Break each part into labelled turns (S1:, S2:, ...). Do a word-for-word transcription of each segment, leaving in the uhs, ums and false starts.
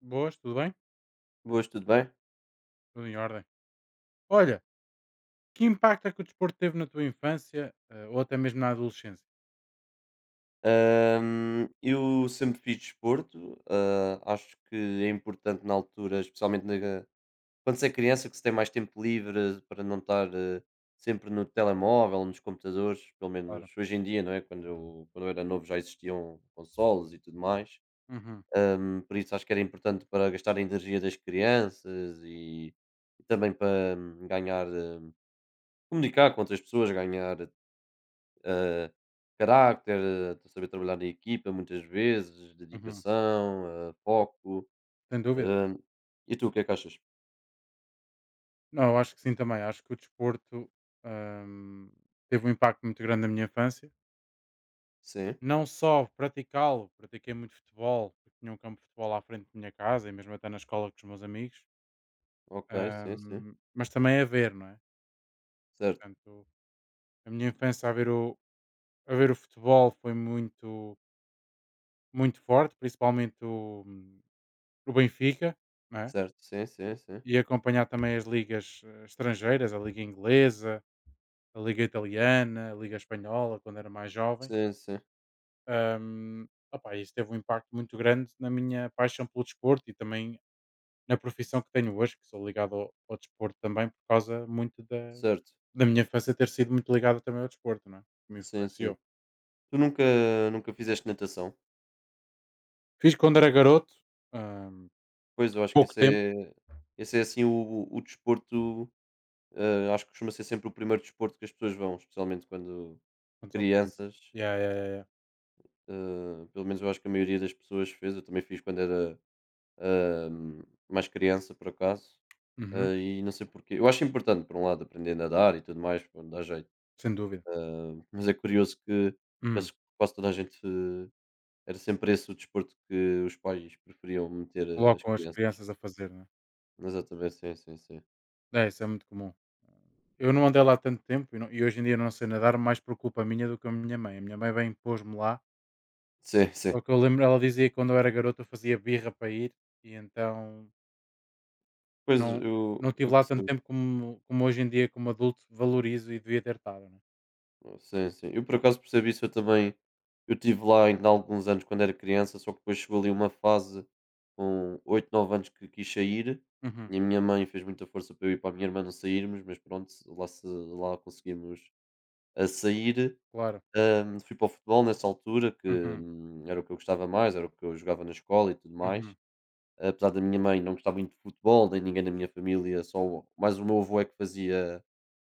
S1: Boas, tudo bem?
S2: Boas, tudo bem?
S1: Tudo em ordem. Olha, que impacto é que o desporto teve na tua infância eh, ou até mesmo na adolescência?
S2: Ahm, eu sempre fiz desporto, ah, acho que é importante na altura, especialmente na- Quando se é criança, que se tem mais tempo livre para não estar eh, sempre no telemóvel, nos computadores, pelo
S1: Claro.
S2: menos hoje em dia, não é? Quando eu, quando eu era novo já existiam consoles e tudo mais.
S1: Uhum,
S2: Ahm, por isso acho que era importante para gastar a energia das crianças, e, e também para hum, ganhar, hum, comunicar com outras pessoas, ganhar eh, carácter, eh, de saber trabalhar em equipa muitas vezes,
S1: uhum.
S2: dedicação, eh, foco.
S1: Sem dúvida.
S2: Hum. E tu, o que é que achas?
S1: Não, eu acho que sim também. Acho que o desporto hum, teve um impacto muito grande na minha infância.
S2: Sim,
S1: Não só praticá-lo, pratiquei muito futebol, porque tinha um campo de futebol à frente da minha casa e mesmo até na escola com os meus amigos,
S2: ok, sim, sim.
S1: hum, mas também a ver, não é?
S2: Certo,
S1: Portanto, a minha infância a ver o, a ver o futebol foi muito, muito forte, principalmente o, hum, o Benfica, não é?
S2: certo, sim, sim, sim.
S1: E acompanhar também as ligas eh, estrangeiras, a liga inglesa, a liga italiana, a liga espanhola, quando era mais jovem.
S2: Sim, sim,
S1: Ahm, opá, isso teve um impacto muito grande na minha paixão pelo desporto e também na profissão que tenho hoje, que sou ligado ao, ao desporto também por causa muito da,
S2: certo.
S1: da minha infância ter sido muito ligada também ao desporto, não é? Que me
S2: Sim,
S1: influenciou.
S2: sim. Tu nunca, nunca fizeste natação?
S1: Fiz quando era garoto, ahm,
S2: Pois, eu acho que
S1: pouco
S2: esse
S1: tempo,
S2: é, esse é assim o, o desporto, eh, acho que costuma ser sempre o primeiro desporto que as pessoas vão, especialmente quando
S1: quando são crianças.
S2: crianças.
S1: Yeah, yeah, yeah, yeah.
S2: Eh, pelo menos eu acho que a maioria das pessoas fez. Eu também fiz quando era hum, mais criança por acaso.
S1: Uhum,
S2: Ah, e não sei porquê. Eu acho importante, por um lado, aprender a nadar e tudo mais, pronto, dá jeito.
S1: sem dúvida.
S2: Ah, mas é curioso que
S1: Hum.
S2: parece que quase toda a gente eh, era sempre esse o desporto que os pais preferiam meter eh, as
S1: Colocam as
S2: crianças.
S1: crianças a fazer, né?
S2: Exatamente, sim, sim, sim.
S1: É, isso é muito comum. Eu não andei lá tanto tempo e, não- e hoje em dia não sei nadar mais por culpa minha do que a minha mãe. A minha mãe bem pôs-me lá.
S2: Sim, sim.
S1: Só que eu lembro, ela dizia que quando eu era garoto eu fazia birra para ir e então
S2: Pois
S1: não, não
S2: eu,
S1: tive
S2: eu
S1: lá tanto
S2: percebo.
S1: tempo como, como hoje em dia, como adulto, valorizo e devia ter estado, né?
S2: Sim, sim. Eu por acaso percebi isso, eu também. Eu estive lá ainda há alguns anos quando era criança, só que depois chegou ali uma fase com oito nove anos que quis sair,
S1: Uhum,
S2: e a minha mãe fez muita força para eu e para a minha irmã não sairmos, mas pronto, lá, se, lá conseguimos a sair.
S1: claro.
S2: Ahm, fui para o futebol nessa altura, que
S1: Uhum,
S2: hum, era o que eu gostava mais, era o que eu jogava na escola e tudo mais.
S1: uhum,
S2: Apesar da minha mãe não gostar muito de futebol, nem ninguém na minha família, só o- mais o meu avô é que fazia,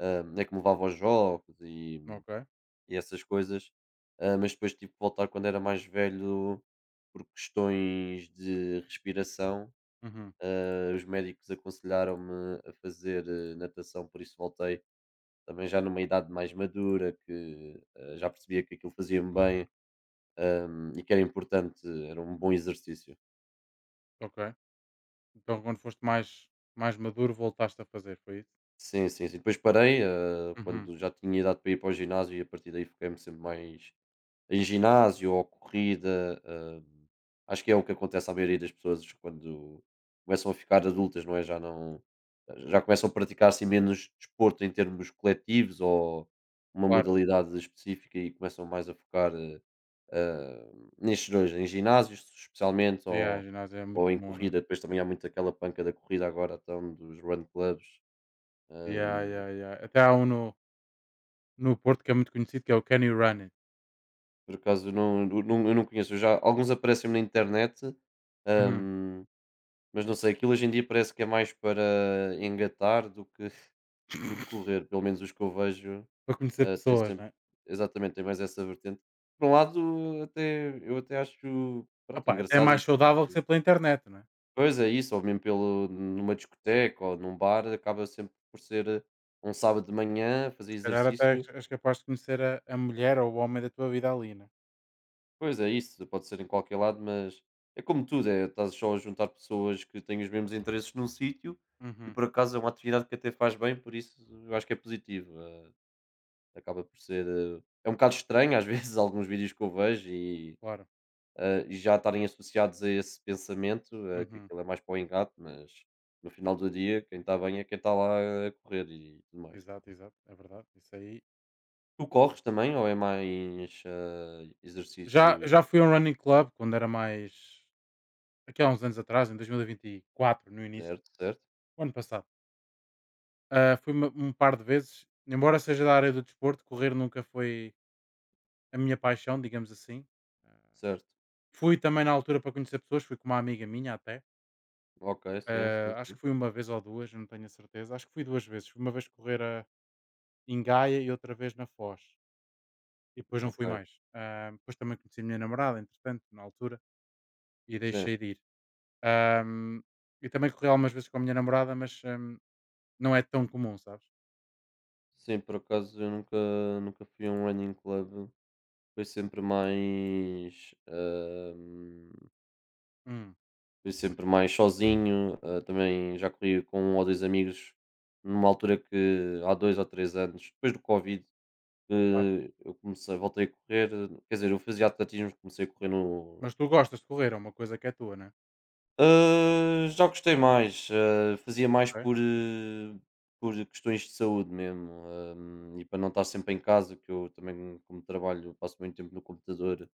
S2: ahm, é que me levava aos jogos e
S1: ok.
S2: e essas coisas. Ah, mas depois tive que voltar quando era mais velho por questões de respiração.
S1: Uhum,
S2: Ah, os médicos aconselharam-me a fazer eh, natação, por isso voltei também já numa idade mais madura, que ah, já percebia que aquilo fazia-me bem, ah, e que era importante, era um bom exercício.
S1: ok. Então quando foste mais, mais maduro voltaste a fazer, foi isso?
S2: Sim, sim, sim. Depois parei ah,
S1: Uhum,
S2: quando já tinha idade para ir para o ginásio, e a partir daí fiquei-me sempre mais em ginásio ou corrida. Hum, acho que é o que acontece à maioria das pessoas quando começam a ficar adultas, não é? Já não já começam a praticar assim menos desporto em termos coletivos ou uma
S1: claro.
S2: modalidade específica, e começam mais a focar eh, eh, nestes dois, em ginásios especialmente,
S1: Yeah,
S2: ou,
S1: ginásio é muito
S2: ou em
S1: comum, não é?
S2: corrida. Depois também há muito aquela panca da corrida agora, então, dos run clubs.
S1: Yeah,
S2: Hum.
S1: yeah, yeah. Até há um no, No Porto, que é muito conhecido, que é o Can You Run It?
S2: Por acaso, não, não- eu não conheço. Eu Já, alguns aparecem na internet.
S1: Uhum.
S2: hum, Mas não sei, aquilo hoje em dia parece que é mais para engatar do que, do que correr, pelo menos os que eu vejo
S1: Para conhecer
S2: ah, têm
S1: pessoas,
S2: sempre,
S1: né é?
S2: exatamente, tem mais essa vertente. Por um lado, até, eu até acho pronto,
S1: Até é
S2: engraçado
S1: mais
S2: e
S1: saudável que
S2: positivo.
S1: ser pela internet, né é?
S2: Pois é isso, ou mesmo pelo, numa discoteca ou num bar, acaba sempre por ser eh, um sábado de manhã, fazer
S1: Se calhar até
S2: exercício.
S1: és és capaz de conhecer a a mulher ou o homem da tua vida ali, não é?
S2: Pois é isso, pode ser em qualquer lado, mas é como tudo, é, estás só a juntar pessoas que têm os mesmos interesses num sítio, e
S1: Uhum,
S2: por acaso é uma atividade que até faz bem, por isso eu acho que é positivo. eh, acaba por ser. eh, é um bocado estranho às vezes alguns vídeos que eu vejo e,
S1: claro.
S2: eh, e já estarem associados a esse pensamento, eh, que
S1: Uhum.
S2: aquilo é mais para o engate, mas no final do dia quem está bem é quem está lá a correr e tudo mais.
S1: Exato, exato. É verdade, isso aí.
S2: Tu corres também ou é mais eh,
S1: Já
S2: exercício?
S1: já fui a um running club quando era mais aqui há uns anos atrás, em dois mil e vinte e quatro, no início,
S2: Certo, certo?
S1: o ano passado. Ah, fui uma um par de vezes, embora seja da área do desporto, correr nunca foi a minha paixão, digamos assim.
S2: Certo.
S1: Fui também na altura para conhecer pessoas, fui com uma amiga minha até.
S2: Ok, sim,
S1: Eh,
S2: sim,
S1: acho que
S2: sim.
S1: fui uma vez ou duas, não tenho a certeza. Acho que fui duas vezes. Fui uma vez correr a, em Gaia e outra vez na Foz. E depois não fui
S2: Ok.
S1: mais. Ah, depois também conheci a minha namorada, entretanto, na altura, e
S2: Sim.
S1: deixei de ir. Ahm, e também corri algumas vezes com a minha namorada, mas ahm, não é tão comum, sabes?
S2: Sim, por acaso eu nunca, nunca fui a um running club. Foi sempre mais. hum,
S1: Hum,
S2: fui sempre mais sozinho. ah, também já corri com um ou dois amigos numa altura que há dois ou três anos, depois do Covid,
S1: claro.
S2: que eu comecei, voltei a correr. Quer dizer, eu fazia atletismo, comecei a correr no.
S1: Mas tu gostas de correr, é uma coisa que é tua, né?
S2: Ah, já gostei mais. ah, fazia mais
S1: Ok,
S2: por, eh, por questões de saúde mesmo, ah, e para não estar sempre em casa, que eu também, como trabalho, passo muito tempo no computador.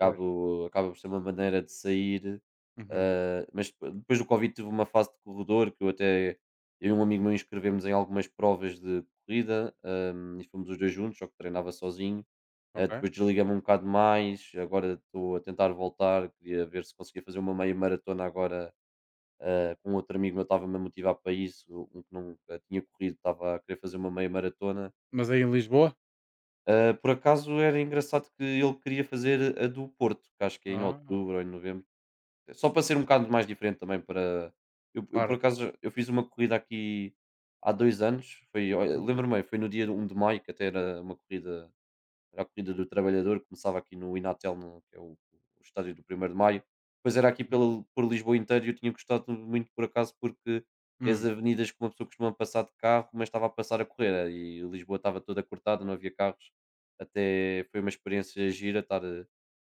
S1: pois.
S2: acaba por ser uma maneira de sair.
S1: Uhum,
S2: ah, mas depo depois do Covid tive uma fase de corredor que eu até, eu e um amigo meu inscrevemos em algumas provas de corrida. hum, e fomos os dois juntos, só que treinava sozinho. Ah,
S1: ok.
S2: depois desliguei-me um bocado mais, agora estou a tentar voltar, queria ver se conseguia fazer uma meia maratona agora. ah, com outro amigo meu estava-me a motivar para isso, um que nunca tinha corrido estava a querer fazer uma meia maratona.
S1: Mas aí em Lisboa?
S2: Ah, por acaso era engraçado que ele queria fazer a do Porto, que acho que é em
S1: Ah,
S2: outubro ou em novembro, só para ser um bocado mais diferente também. Para eu, eu, por
S1: claro.
S2: acaso eu fiz uma corrida aqui há dois anos. Foi, olha,
S1: Uhum,
S2: lembro-me bem, foi no dia um de maio, que até era uma corrida, era a corrida do trabalhador, começava aqui no Inatel, no, que é o, o estádio do Primeiro de Maio. Depois era aqui
S1: uhum.
S2: pela, por Lisboa inteira e eu tinha gostado muito por acaso porque é as
S1: Hum,
S2: avenidas que uma pessoa costuma passar de carro, mas estava a passar a correr e Lisboa estava toda cortada, não havia carros. Até foi uma experiência gira estar eh,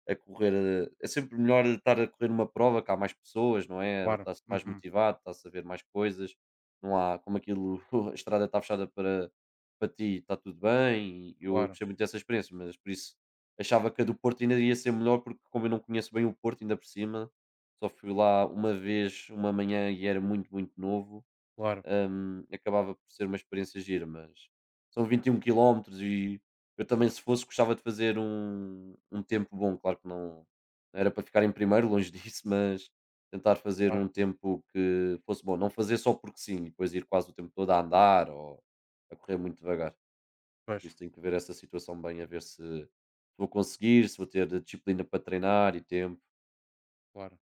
S2: a correr. eh, é sempre melhor estar a correr uma prova que há mais pessoas, não é?
S1: claro.
S2: Está-se mais
S1: Uhum,
S2: motivado, está-se a ver mais coisas, não há como aquilo, a estrada está fechada para, para ti, está tudo bem, e eu
S1: claro.
S2: gostei muito dessa experiência, mas por isso achava que a do Porto ainda ia ser melhor, porque como eu não conheço bem o Porto, ainda por cima, só fui lá uma vez, uma manhã, e era muito, muito novo.
S1: Claro,
S2: hum, acabava por ser uma experiência gira, mas são vinte e um quilómetros, e eu também, se fosse, gostava de fazer um, um tempo bom. Claro que não, não era para ficar em primeiro, longe disso, mas tentar fazer
S1: claro,
S2: um tempo que fosse bom. Não fazer só porque sim, e depois ir quase o tempo todo a andar ou a correr muito devagar. Por
S1: pois,
S2: isso, tenho que ver essa situação bem, a ver se vou conseguir, se vou ter disciplina para treinar e tempo.
S1: claro.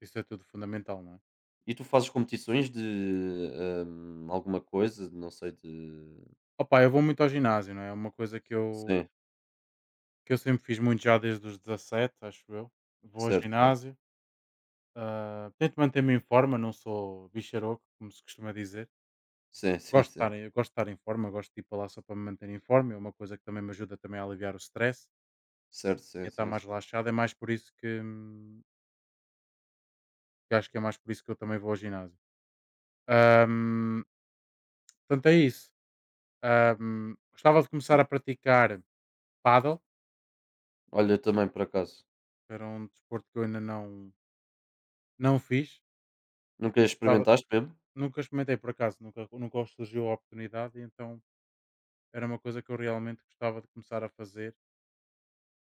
S1: Isso é tudo fundamental, não é?
S2: E tu fazes competições de hum, alguma coisa, não sei, de.
S1: Opa, eu vou muito ao ginásio, não é? É uma coisa que eu,
S2: Sim.
S1: que eu sempre fiz muito já desde os dezassete, acho eu. Vou ao
S2: Certo, certo.
S1: ginásio, ah, tento manter-me em forma, não sou bicharoco, como se costuma dizer.
S2: Sim, sim,
S1: Gosto de estar,
S2: sim.
S1: em- gosto de estar em forma, gosto de ir para lá só para me manter em forma. É uma coisa que também me ajuda também a aliviar o stress
S2: Certo,
S1: e
S2: sim,
S1: a estar
S2: sim,
S1: mais
S2: sim,
S1: relaxado. É mais por isso que, hum, que acho que é mais por isso que eu também vou ao ginásio. Ahm, portanto, é isso. Ahm, gostava de
S2: sim.
S1: começar a praticar paddle.
S2: Olha, eu também por acaso.
S1: Era um desporto que eu ainda não, não fiz
S2: Nunca
S1: e gostava
S2: experimentaste mesmo?
S1: nunca experimentei por acaso, nunca nunca surgiu a oportunidade, e então era uma coisa que eu realmente gostava de começar a fazer,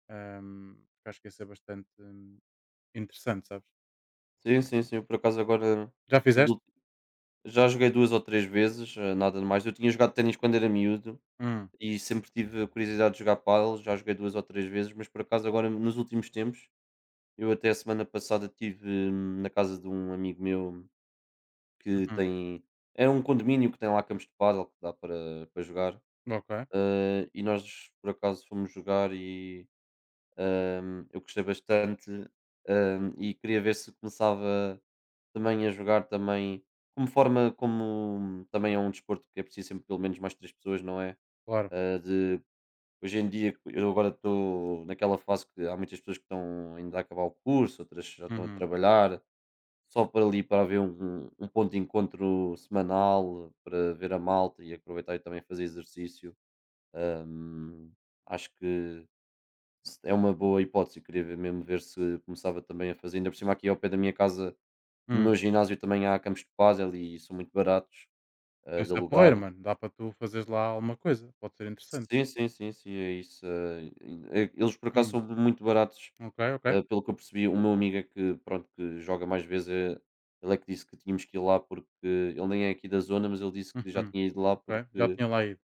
S1: hum, porque acho que ia ser bastante hum, interessante, sabes?
S2: Sim, sim, sim. Eu por acaso agora
S1: Já
S2: nos
S1: fizeste?
S2: ulti- já joguei duas ou três vezes, eh, nada de mais. Eu tinha jogado ténis quando era miúdo
S1: Hum,
S2: e sempre tive a curiosidade de jogar pádel. Já joguei duas ou três vezes, mas por acaso agora nos últimos tempos, eu até a semana passada tive hum, na casa de um amigo meu que
S1: uhum.
S2: tem. É um condomínio que tem lá campos de pádel que dá para, para jogar.
S1: Ok,
S2: eh, e nós por acaso fomos jogar e, Hum, eu gostei bastante. hum, e queria ver se começava também a jogar também como forma, como também é um desporto que é preciso sempre pelo menos mais três pessoas, não é?
S1: claro.
S2: Ah, de, hoje em dia, eu agora estou naquela fase que há muitas pessoas que estão ainda a acabar o curso, outras já estão a
S1: Uhum,
S2: trabalhar, só para ali para haver um, um um ponto de encontro semanal, para ver a malta e aproveitar e também fazer exercício. Hum, acho que se- é uma boa hipótese. Eu queria ver mesmo, ver se começava também a fazer. Ainda por cima, aqui ao pé da minha casa, no
S1: hum.
S2: meu ginásio também há campos de pádel e são muito baratos eh, de
S1: Isso é porreiro,
S2: alugar.
S1: mano. Dá para tu fazeres lá alguma coisa, pode ser interessante.
S2: Sim, sim, sim, sim, é isso. eh, eh, eles por acaso
S1: Hum,
S2: são muito baratos,
S1: ok, ok.
S2: eh, pelo que eu percebi. O meu amigo é que, pronto, que joga mais vezes. eh, ele é que disse que tínhamos que ir lá porque ele nem é aqui da zona, mas ele disse que já
S1: Uhum,
S2: tinha ido lá
S1: ok. Já
S2: porque.
S1: tinha lá ido.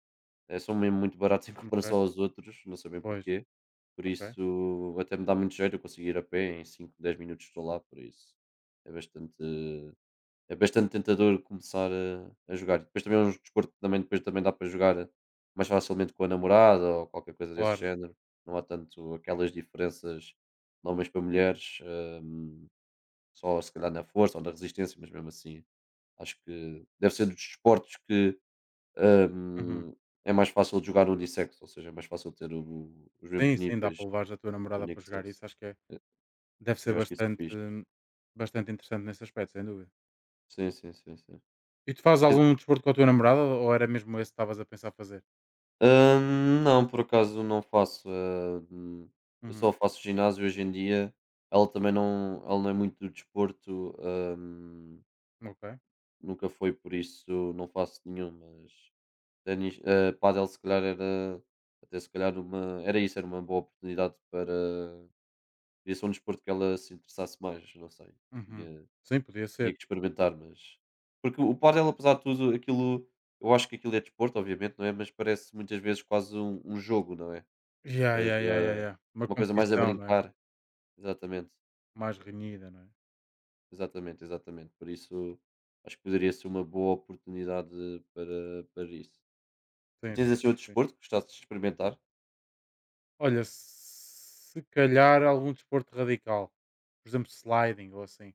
S2: Eh, são mesmo muito baratos em
S1: Ok,
S2: comparação aos outros, não sabem
S1: pois,
S2: porquê. Por
S1: ok,
S2: isso, até me dá muito jeito eu conseguir ir a pé, em cinco dez minutos estou lá, por isso é bastante, é bastante tentador começar a, a jogar. E depois também é um desporto que também, depois também dá para jogar mais facilmente com a namorada ou qualquer coisa desse
S1: claro.
S2: género. Não há tanto aquelas diferenças de homens para mulheres, hum, só se calhar na força ou na resistência, mas mesmo assim, acho que deve ser dos desportos que
S1: Uhum.
S2: Hum, é mais fácil de jogar unissex, ou seja, é mais fácil ter o os mesmos
S1: Sim, sim, dá
S2: níveis
S1: para levares a tua namorada para jogar
S2: unissex.
S1: isso, acho que é. Deve
S2: E
S1: ser
S2: eu acho que isso é
S1: bastante
S2: fixe.
S1: bastante interessante nesse aspecto, sem dúvida.
S2: Sim, sim, sim, sim.
S1: E tu fazes
S2: Exa
S1: algum desporto com a tua namorada ou era mesmo esse que estavas a pensar fazer?
S2: hum, não, por acaso não faço, ah, hum, eu
S1: Uhum,
S2: só faço ginásio hoje em dia. Ela também não ela não é muito do desporto, hum,
S1: ok.
S2: nunca foi, por isso não faço nenhum, mas ténis, hã, pádel se calhar era até se calhar uma era isso, era uma boa oportunidade para podia ser um desporto que ela se interessasse mais, não sei.
S1: Uhum.
S2: Tinha,
S1: Sim, podia
S2: tinha
S1: ser.
S2: que experimentar, mas. Porque o pádel, apesar de tudo, aquilo. Eu acho que aquilo é desporto, obviamente, não é? Mas parece muitas vezes quase um, um jogo, não é?
S1: Ya,
S2: Ou
S1: ya, ya, ya,
S2: seja,
S1: ya. Uma
S2: uma coisa mais a
S1: competição, não é?
S2: brincar. Exatamente,
S1: Mais renhida, não é?
S2: exatamente, exatamente. Por isso, acho que poderia ser uma boa oportunidade para, para isso. E
S1: Sim, sim,
S2: tens assim outro
S1: sim, sim.
S2: desporto que gostasses de experimentar?
S1: Olha, se calhar algum desporto radical. Por exemplo, sliding ou assim.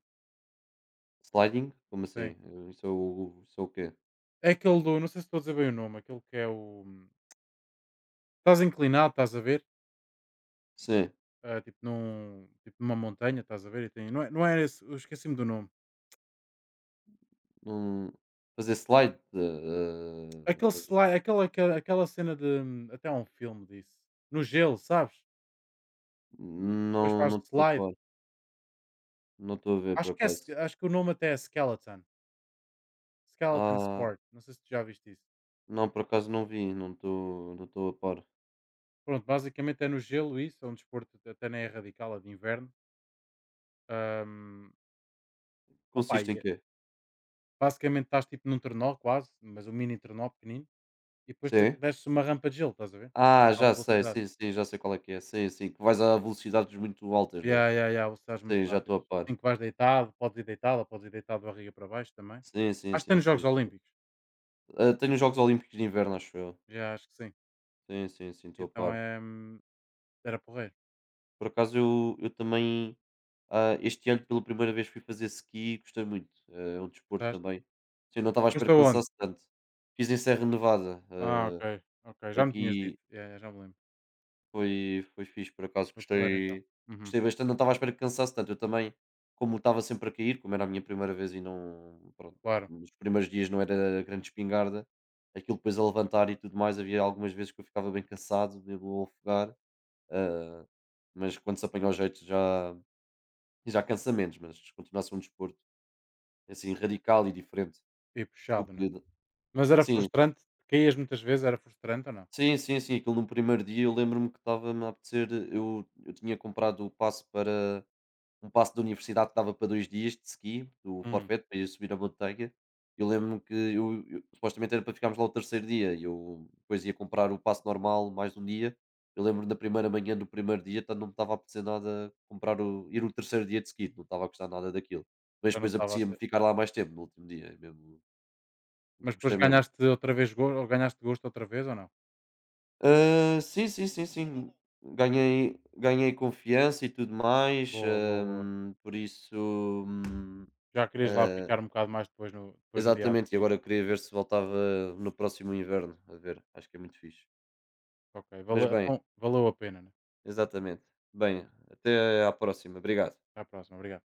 S2: Sliding? Como
S1: Sim.
S2: assim? Eh, Isso é o, isso é o quê?
S1: É aquele do, não sei se estou a dizer bem o nome, aquele que é o. Estás inclinado, estás a ver?
S2: Sim.
S1: Ah, tipo, num, tipo numa montanha, estás a ver? E tem, não, é, não é esse, eu esqueci-me do nome.
S2: Hum, fazer slide. eh, eh, ou
S1: Aquele
S2: seja,
S1: slime aquela aquela aquela cena de até há um filme disso. No gelo, sabes? Depois
S2: não,
S1: faz
S2: não estou a
S1: slide.
S2: par, não estou a ver por
S1: Acho que é s
S2: acaso.
S1: acho que o nome até é Skeleton. Skeleton
S2: Ah,
S1: Sport, não sei se tu já viste isso.
S2: não, por acaso não vi, não estou, não estou a par.
S1: Pronto, basicamente é no gelo isso, é um desporto que até nem é radical, é de inverno. Hum, opa,
S2: Consiste em
S1: e é
S2: quê?
S1: basicamente estás tipo num trenó quase, mas um mini trenó pequenino, e depois tens
S2: Sim?
S1: desces uma rampa de gelo, estás a ver?
S2: Ah,
S1: Alta
S2: já sei,
S1: velocidade.
S2: sim, sim, já sei qual é que é. Sim, sim, que vais a velocidades muito altas, não
S1: Ya,
S2: é?
S1: ya, ya, velocidades muito
S2: Sim, já estou a
S1: rápidas.
S2: par.
S1: Em que vais deitado, podes ir deitado ou podes ir deitado de barriga para baixo também.
S2: Sim, sim,
S1: Acho que tem
S2: sim,
S1: nos Jogos
S2: sim.
S1: Olímpicos.
S2: Ah, tenho os Jogos Olímpicos de Inverno, acho eu.
S1: Já, acho que sim.
S2: Sim, sim, sim, estou a
S1: Então,
S2: par.
S1: eh, era porreiro.
S2: Por acaso eu, eu também, ah, este ano pela primeira vez fui fazer ski e gostei muito. Ah, é um desporto
S1: Gostaste?
S2: também. Sim, não estava à espera
S1: Foste
S2: que
S1: aonde?
S2: cansasse tanto. Fiz em Serra Nevada.
S1: Ah,
S2: ah,
S1: ok, ok. Já me tinhas dito.
S2: Aqui
S1: Ya, já me lembro.
S2: foi, foi fixe, por acaso
S1: Foi porreiro então.
S2: gostei,
S1: Uhum,
S2: gostei bastante. Não estava à espera que cansasse tanto. Eu também, como estava sempre a cair, como era a minha primeira vez e não. Pronto,
S1: claro.
S2: nos primeiros dias não era grande espingarda, aquilo depois a levantar e tudo mais, havia algumas vezes que eu ficava bem cansado, devo afogar, ah, mas quando se apanha o jeito já, já cansa menos. Mas continua a ser um desporto assim radical e diferente
S1: E
S2: do
S1: puxado, não é?
S2: que.
S1: Mas era
S2: Sim,
S1: frustrante? Caías muitas vezes? Era frustrante ou não?
S2: sim, sim, sim. Aquilo no primeiro dia eu lembro-me que estava-me a apetecer. Eu, eu tinha comprado o passe para um passo da universidade que dava para dois dias de ski, do
S1: Hum,
S2: forfait, para ir subir a montanha. Eu lembro-me que eu eu supostamente era para ficarmos lá o terceiro dia e eu depois ia comprar o passe normal mais um dia. Eu lembro-me da primeira manhã do primeiro dia, tanto não me estava a apetecer nada comprar o ir o terceiro dia de ski, não estava a gostar nada daquilo. Mas
S1: então não
S2: depois
S1: estava a
S2: apetecia-me
S1: ser.
S2: ficar lá mais tempo no último dia, é mesmo
S1: Mas
S2: gostei
S1: depois
S2: mesmo.
S1: ganhaste outra vez gosto, ou ganhaste gosto outra vez ou não?
S2: Ah, sim, sim, sim, sim. Ganhei ganhei confiança e tudo mais,
S1: Boa, boa, boa.
S2: hum, por isso, hum,
S1: Já querias lá
S2: ah
S1: ficar um bocado mais depois no, depois no dia a
S2: exatamente, e
S1: seguir.
S2: agora eu queria ver se voltava no próximo inverno, a ver, acho que é muito fixe.
S1: Ok,
S2: Mas
S1: valeu,
S2: bem,
S1: então, valeu a pena, né?
S2: exatamente. Bem, até à próxima, obrigado.
S1: Até à próxima, obrigado.